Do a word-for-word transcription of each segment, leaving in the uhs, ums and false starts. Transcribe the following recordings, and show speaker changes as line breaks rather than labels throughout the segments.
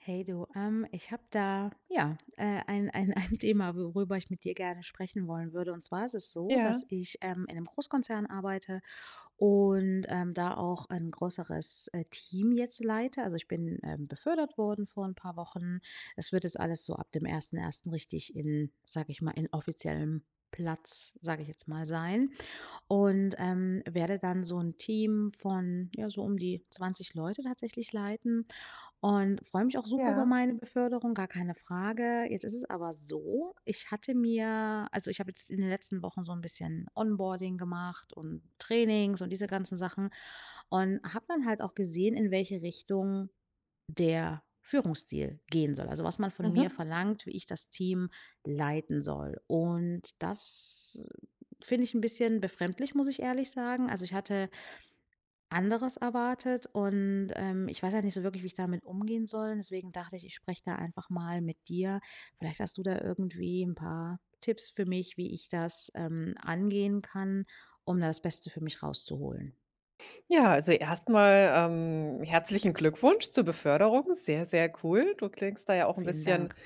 Hey du, ähm, ich habe da ja äh, ein, ein, ein Thema, worüber ich mit dir gerne sprechen wollen würde. Und zwar ist es so,
Ja,
dass ich ähm, in einem Großkonzern arbeite und ähm, da auch ein größeres äh, Team jetzt leite. Also ich bin ähm, befördert worden vor ein paar Wochen. Es wird jetzt alles so ab dem ersten ersten richtig in, sag ich mal, in offiziellem Platz, sage ich jetzt mal, sein und, ähm, werde dann so ein Team von, ja, so um die zwanzig Leute tatsächlich leiten und freue mich auch super über
ja.
meine Beförderung, gar keine Frage. Jetzt ist es aber so, ich hatte mir also, ich habe jetzt in den letzten Wochen so ein bisschen Onboarding gemacht und Trainings und diese ganzen Sachen und habe dann halt auch gesehen, in welche Richtung der Führungsstil gehen soll. Also, was man von mir
Mhm.
verlangt, wie ich das Team leiten soll. Und das finde ich ein bisschen befremdlich, muss ich ehrlich sagen. Also, ich hatte anderes erwartet und, ähm, ich weiß ja nicht so wirklich, wie ich damit umgehen soll. Deswegen dachte ich, ich spreche da einfach mal mit dir. Vielleicht hast du da irgendwie ein paar Tipps für mich, wie ich das, ähm, angehen kann, um da das Beste für mich rauszuholen.
Ja, also erstmal ähm, herzlichen Glückwunsch zur Beförderung. Sehr, sehr cool. Du klingst da ja auch ein
Vielen
bisschen,
Dank.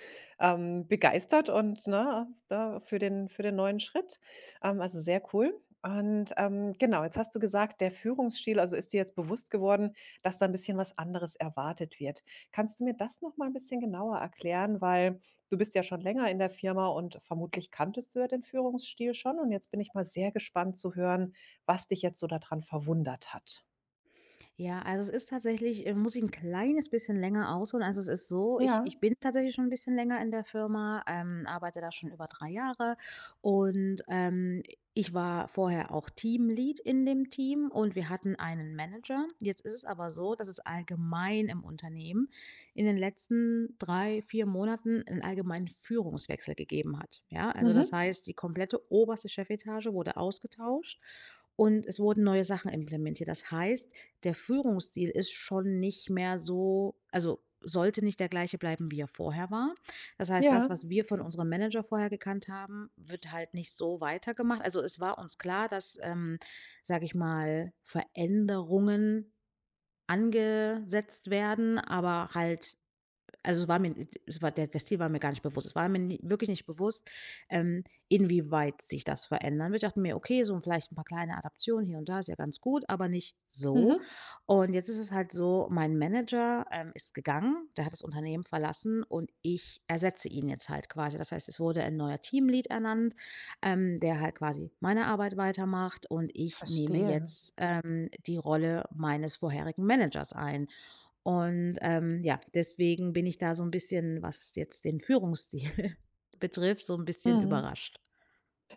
ähm, begeistert und, ne, da für den für den neuen Schritt. Ähm, also sehr cool. Und, ähm, genau, jetzt hast du gesagt, der Führungsstil also ist dir jetzt bewusst geworden, dass da ein bisschen was anderes erwartet wird. Kannst du mir das noch mal 'n bisschen genauer erklären? Weil du bist ja schon länger in der Firma und vermutlich kanntest du ja den Führungsstil schon, und jetzt bin ich mal sehr gespannt zu hören, was dich jetzt so daran verwundert hat.
Ja, also es ist tatsächlich äh, muss ich ein kleines bisschen länger ausholen. Also, es ist so, ich
Ja.
ich bin tatsächlich schon ein bisschen länger in der Firma, ähm, arbeite da schon über drei Jahre und, ähm, ich war vorher auch Teamlead in dem Team und wir hatten einen Manager. Jetzt ist es aber so, dass es allgemein im Unternehmen in den letzten drei vier Monaten einen allgemeinen Führungswechsel gegeben hat, ja? Also, das
Mhm.
heißt, die komplette oberste Chefetage wurde ausgetauscht und es wurden neue Sachen implementiert. Das heißt, der Führungsstil ist schon nicht mehr so, also sollte nicht der gleiche bleiben, wie er vorher war. Das heißt, das,
Ja.
was wir von unserem Manager vorher gekannt haben, wird halt nicht so weitergemacht. Also, es war uns klar, dass, ähm, sage ich mal, Veränderungen angesetzt werden, aber halt also war mir es war der das Ziel war mir gar nicht bewusst. Es war mir ni wirklich nicht bewusst, ähm, inwieweit sich das verändern wird. Ich dachte mir: „Okay, so vielleicht ein paar kleine Adaptionen hier und da ist ja ganz gut, aber nicht so.“
Mhm.
Und jetzt ist es halt so, mein Manager, ähm, ist gegangen, der hat das Unternehmen verlassen und ich ersetze ihn jetzt halt quasi. Das heißt, es wurde ein neuer Teamlead ernannt, ähm, der halt quasi meine Arbeit weitermacht und ich nehme
Verstehe.
jetzt, ähm, die Rolle meines vorherigen Managers ein. Und, ähm, ja, deswegen bin ich da so ein bisschen, was jetzt den Führungsstil betrifft, so ein bisschen
Mhm.
überrascht.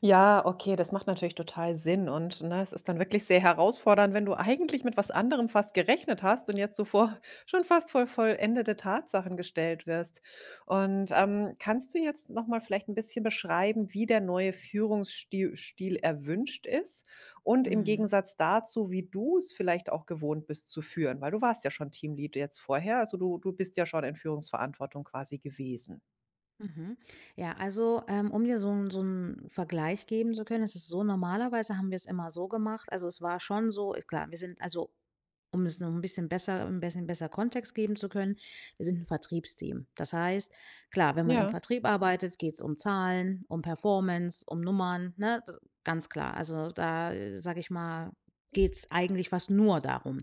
Ja, okay, das macht natürlich total Sinn, und, ne, es ist dann wirklich sehr herausfordernd, wenn du eigentlich mit was anderem fast gerechnet hast und jetzt so vor schon fast voll vollendete Tatsachen gestellt wirst. Und, ähm, kannst du jetzt noch mal vielleicht ein bisschen beschreiben, wie der neue Führungsstil Stil erwünscht ist und im
Mhm.
Gegensatz dazu, wie du es vielleicht auch gewohnt bist zu führen? Weil du warst ja schon Teamlead jetzt vorher, also du du bist ja schon in Führungsverantwortung quasi gewesen.
Mhm. Ja, also ähm, um dir so 'n so 'n Vergleich geben zu können, es ist so, normalerweise haben wir es immer so gemacht. Also, es war schon so, äh, klar, wir sind also, um es noch ein bisschen besser ein bisschen besser Kontext geben zu können, wir sind ein Vertriebsteam. Das heißt, klar, wenn man im
Ja,
Vertrieb arbeitet, geht es um Zahlen, um Performance, um Nummern, ne? D Ganz klar. Also, da, äh, sage ich mal, geht es eigentlich fast nur darum.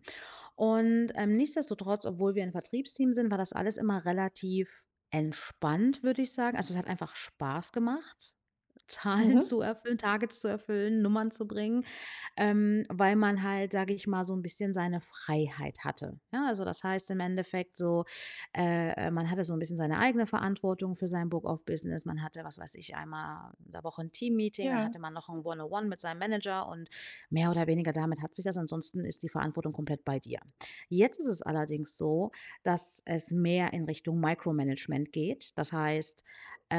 Und, ähm, nichtsdestotrotz, obwohl wir ein Vertriebsteam sind, war das alles immer relativ entspannt, würde ich sagen. Also, es hat einfach Spaß gemacht, Zahlen zu
mhm,
erfüllen, Targets zu erfüllen, Nummern zu bringen, ähm, weil man halt, sage ich mal, so ein bisschen seine Freiheit hatte. Ja, also, das heißt im Endeffekt so, äh, man hatte so ein bisschen seine eigene Verantwortung für sein Book of Business. Man hatte, was weiß ich, einmal in der Woche ein Team-Meeting, dann
ja.
hatte man noch ein One on One mit seinem Manager und mehr oder weniger damit hat sich das. Ansonsten ist die Verantwortung komplett bei dir. Jetzt ist es allerdings so, dass es mehr in Richtung Micromanagement geht. Das heißt,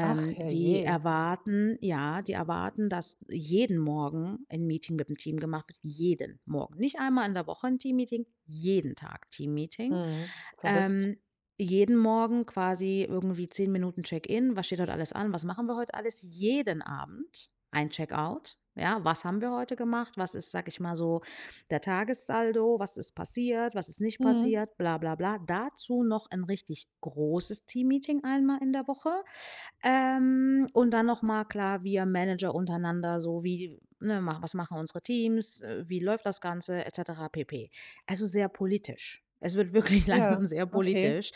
Ach,
die
herrje.
erwarten ja, die erwarten, dass jeden Morgen ein Meeting mit dem Team gemacht wird, jeden Morgen. Nicht einmal in der Woche ein Teammeeting, jeden Tag Teammeeting.
Mhm. Verrückt.
Ähm, Jeden Morgen quasi irgendwie zehn Minuten Check-in. Was steht heute alles an? Was machen wir heute alles? Jeden Abend ein Check-out. Ja, was haben wir heute gemacht? Was ist, sage ich mal so, der Tagessaldo? Was ist passiert? Was ist nicht
Mhm.
passiert? Bla bla bla. Dazu noch ein richtig großes Teammeeting einmal in der Woche, ähm, und dann noch mal klar, wir Manager untereinander, so wie ne, mach was machen unsere Teams, äh, wie läuft das Ganze et cetera pp. Also, sehr politisch. Es wird wirklich langsam
Ja,
sehr
okay.
politisch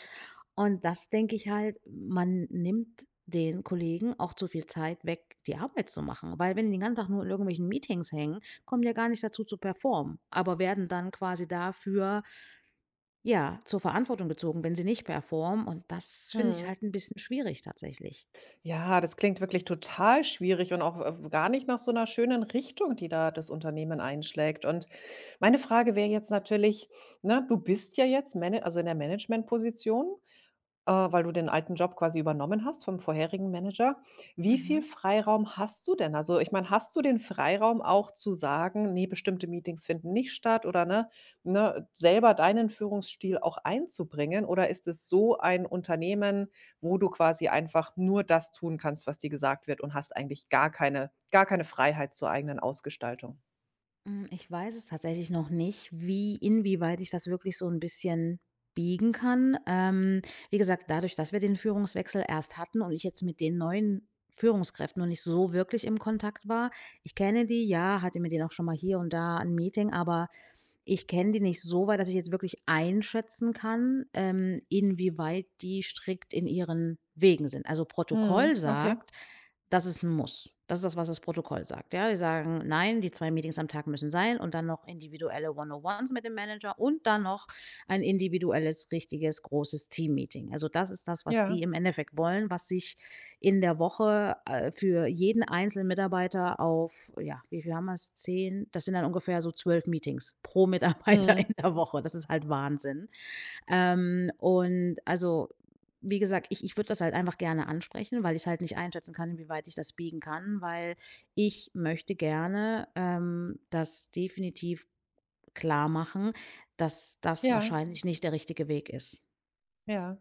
und das denke ich halt, man nimmt den Kollegen auch zu viel Zeit weg, die Arbeit zu machen, weil wenn die den ganzen Tag nur in irgendwelchen Meetings hängen, kommen die ja gar nicht dazu zu performen, aber werden dann quasi dafür, ja, zur Verantwortung gezogen, wenn sie nicht performen und das finde ich
Mhm.
halt ein bisschen schwierig tatsächlich.
Ja, das klingt wirklich total schwierig und auch, äh, gar nicht nach so einer schönen Richtung, die da das Unternehmen einschlägt. Und meine Frage wäre jetzt natürlich, ne, du bist ja jetzt Mana also, in der Managementposition. Äh, weil du den alten Job quasi übernommen hast vom vorherigen Manager. Wie viel
Mhm.
Freiraum hast du denn? Also, ich meine, hast du den Freiraum auch zu sagen: nee, bestimmte Meetings finden nicht statt“ oder ne ne, selber deinen Führungsstil auch einzubringen? Oder ist es so ein Unternehmen, wo du quasi einfach nur das tun kannst, was dir gesagt wird, und hast eigentlich gar keine gar keine Freiheit zur eigenen Ausgestaltung?
Hm, ich weiß es tatsächlich noch nicht, wie inwieweit ich das wirklich so ein bisschen biegen kann. Ähm, wie gesagt, dadurch, dass wir den Führungswechsel erst hatten und ich jetzt mit den neuen Führungskräften noch nicht so wirklich im Kontakt war, ich kenne die, ja, hatte mit denen auch schon mal hier und da ein Meeting, aber ich kenne die nicht so weit, dass ich jetzt wirklich einschätzen kann, ähm, inwieweit die strikt in ihren Wegen sind. Also
Mhm,
Protokoll
okay.
sagt, das ist ein Muss. Das ist das, was das Protokoll sagt, ja? Die sagen: „Nein, die zwei Meetings am Tag müssen sein und dann noch individuelle One-on-ones mit dem Manager und dann noch ein individuelles, richtiges, großes Team-Meeting.“ Also, das ist das, was
Ja.
die im Endeffekt wollen, was sich in der Woche, äh, für jeden einzelnen Mitarbeiter auf ja, wie viel haben wir es, zehn, das sind dann ungefähr so zwölf Meetings pro Mitarbeiter
Mhm.
in der Woche. Das ist halt Wahnsinn. Ähm, und also, wie gesagt, ich ich würde das halt einfach gerne ansprechen, weil ich es halt nicht einschätzen kann, inwieweit ich das biegen kann, weil ich möchte gerne, ähm, das definitiv klar machen, dass das
Ja.
wahrscheinlich nicht der richtige Weg ist.
Ja.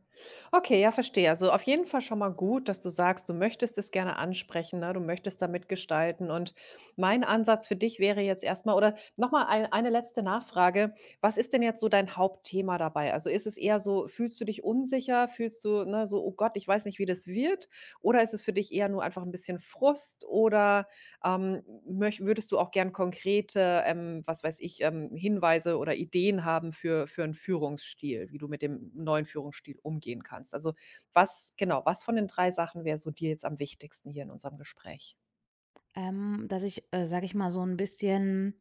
Okay, ja, verstehe. Also, auf jeden Fall schon mal gut, dass du sagst, du möchtest es gerne ansprechen, ne? Du möchtest da mitgestalten, und mein Ansatz für dich wäre jetzt erstmal oder noch mal ein eine letzte Nachfrage. Was ist denn jetzt so dein Hauptthema dabei? Also, ist es eher so, fühlst du dich unsicher? Fühlst du, ne, so: „Oh Gott, ich weiß nicht, wie das wird“? Oder ist es für dich eher nur einfach ein bisschen Frust, oder, ähm, möch würdest du auch gern konkrete, ähm, was weiß ich, ähm, Hinweise oder Ideen haben für für einen Führungsstil, wie du mit dem neuen Führungsstil umgehen kannst? Also, was genau, was von den drei Sachen wäre so dir jetzt am wichtigsten hier in unserem Gespräch?
Ähm, dass ich, äh, sage ich mal, so ein bisschen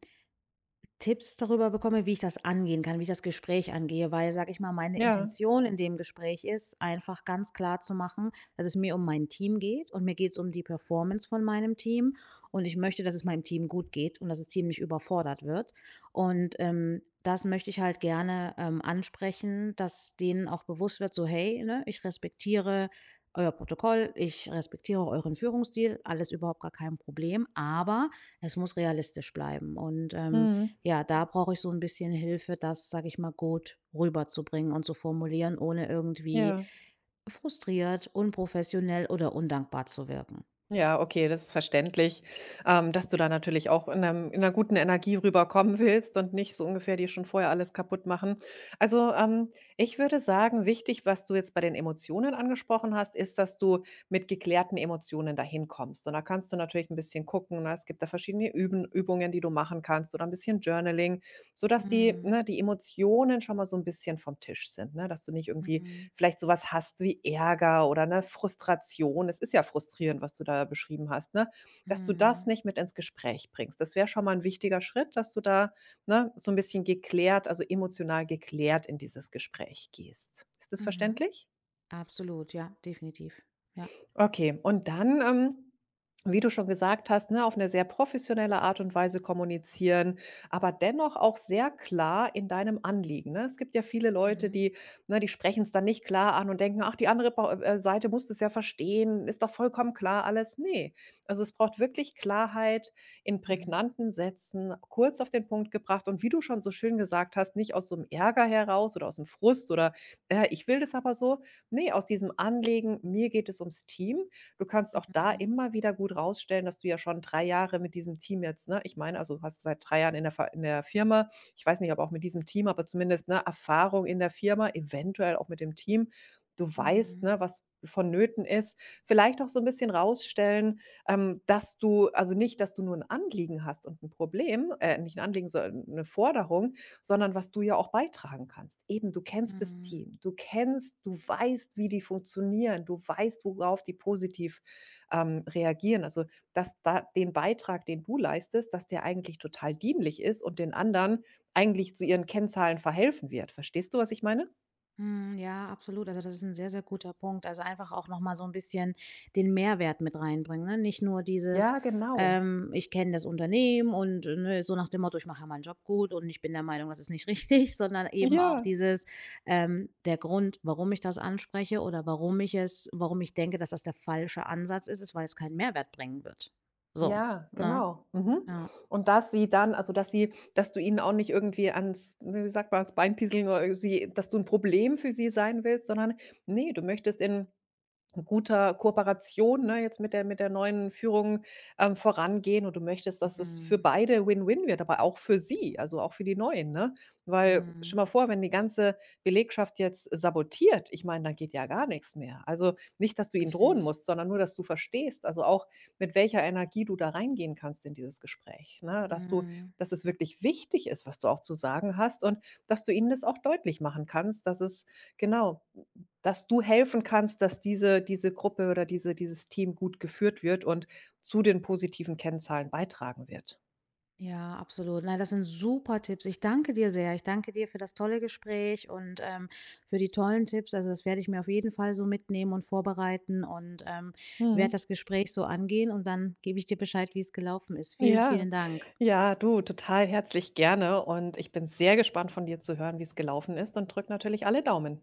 Tipps darüber bekomme, wie ich das angehen kann, wie ich das Gespräch angehe, weil, sage ich mal, meine
Ja.
Intention in dem Gespräch ist, einfach ganz klar zu machen, dass es mir um mein Team geht und mir geht es um die Performance von meinem Team und ich möchte, dass es meinem Team gut geht und dass das Team nicht überfordert wird. Und ähm, das möchte ich halt gerne, ähm, ansprechen, dass denen auch bewusst wird, so hey, ne, ich respektiere euer Protokoll, ich respektiere euren Führungsstil, alles überhaupt gar kein Problem, aber es muss realistisch bleiben. Und ähm,
Mhm.
ja, da brauche ich so ein bisschen Hilfe, das, sage ich mal, gut rüberzubringen und zu formulieren, ohne irgendwie
Ja.
frustriert, unprofessionell oder undankbar zu wirken.
Ja, okay, das ist verständlich, ähm, dass du da natürlich auch in 'nem in 'ner guten Energie rüberkommen willst und nicht so ungefähr dir schon vorher alles kaputt machen. Also, ähm, ich würde sagen, wichtig, was du jetzt bei den Emotionen angesprochen hast, ist, dass du mit geklärten Emotionen dahin kommst. Und da kannst du natürlich ein bisschen gucken, ne? Es gibt da verschiedene Üben Übungen, die du machen kannst, oder ein bisschen Journaling, sodass die,
Mhm,
ne, die Emotionen schon mal so ein bisschen vom Tisch sind, ne? Dass du nicht irgendwie
mhm,
vielleicht sowas hast wie Ärger oder eine Frustration. Es ist ja frustrierend, was du da beschrieben hast, ne? Dass du das
mhm,
nicht mit ins Gespräch bringst. Das wäre schon mal ein wichtiger Schritt, dass du da, ne, so ein bisschen geklärt, also emotional geklärt in dieses Gespräch gehst. Ist das
mhm.
verständlich?
Absolut, ja, definitiv. Ja.
Okay, und dann, ähm, wie du schon gesagt hast, ne, auf eine sehr professionelle Art und Weise kommunizieren, aber dennoch auch sehr klar in deinem Anliegen, ne? Es gibt ja viele Leute,
Mhm,
die, ne, die sprechen es dann nicht klar an und denken: „Ach, die andere Pau äh, Seite muss es ja verstehen, ist doch vollkommen klar alles.“ Ne, also, es braucht wirklich Klarheit in
mhm,
prägnanten Sätzen, kurz auf den Punkt gebracht, und wie du schon so schön gesagt hast, nicht aus so einem Ärger heraus oder aus aus'm Frust oder: „Äh, ich will das aber so“, nee, aus diesem Anlegen: „Mir geht es ums Team.“ Du kannst auch da
mhm,
immer wieder gut rausstellen, dass du ja schon drei Jahre mit diesem Team jetzt, ne, ich meine, also, du hast seit drei Jahren in der Fa in der Firma. Ich weiß nicht, ob auch mit diesem Team, aber zumindest, ne, Erfahrung in der Firma, eventuell auch mit dem Team. Du weißt,
mhm,
ne, was vonnöten ist. Vielleicht auch so ein bisschen rausstellen, ähm, dass du, also, nicht, dass du nur ein Anliegen hast und ein Problem, äh, nicht ein Anliegen, sondern eine Forderung, sondern was du ja auch beitragen kannst. Eben, du kennst das
mhm.
Team, du kennst du weißt, wie die funktionieren, du weißt, worauf die positiv, ähm, reagieren. Also, dass da den Beitrag, den du leistest, dass der eigentlich total dienlich ist und den anderen eigentlich zu ihren Kennzahlen verhelfen wird. Verstehst du, was ich meine?
Hm, ja, absolut. Also, das ist ein sehr, sehr guter Punkt. Also, einfach auch noch mal so ein bisschen den Mehrwert mit reinbringen, ne? Nicht nur dieses,
Ja, genau.
ähm: „Ich kenne das Unternehmen und, äh, ne, so nach dem Motto, ich mache ja meinen Job gut und ich bin der Meinung, das ist nicht richtig“, sondern eben auch
Ja.
dieses, ähm, der Grund, warum ich das anspreche oder warum ich es warum ich denke, dass das der falsche Ansatz ist, ist, weil es keinen Mehrwert bringen wird. So,
Ja,
ne?
genau. Mhm.
Ja.
Und dass sie dann, also, dass sie, dass du ihnen auch nicht irgendwie ans ne, wie sagt man, ans Bein pieseln, oder sie, dass du ein Problem für sie sein willst, sondern nee, du möchtest in guter Kooperation, ne, jetzt mit der mit der neuen Führung, ähm, vorangehen, und du möchtest, dass es für
Mhm.
beide Win-Win wird, aber auch für sie, also auch für die Neuen, ne? Weil schon
Mhm.
mal vor, wenn die ganze Belegschaft jetzt sabotiert, ich meine, dann geht ja gar nichts mehr. Also, nicht, dass du ihnen
Richtig.
drohen musst, sondern nur, dass du verstehst, also auch mit welcher Energie du da reingehen kannst in dieses Gespräch, ne? Dass du
Mhm.
dass es wirklich wichtig ist, was du auch zu sagen hast, und dass du ihnen das auch deutlich machen kannst, dass es genau, dass du helfen kannst, dass diese diese Gruppe oder diese dieses Team gut geführt wird und zu den positiven Kennzahlen beitragen wird.
Ja, absolut. Nein, das sind super Tipps. Ich danke dir sehr. Ich danke dir für das tolle Gespräch und, ähm, für die tollen Tipps. Also das werde ich mir auf jeden Fall so mitnehmen und vorbereiten und, ähm, werde
Mhm.
das Gespräch so angehen und dann gebe ich dir Bescheid, wie es gelaufen ist. Vielen,
Ja.
vielen Dank.
Ja, du, total herzlich gerne, und ich bin sehr gespannt von dir zu hören, wie es gelaufen ist, und drück natürlich alle Daumen.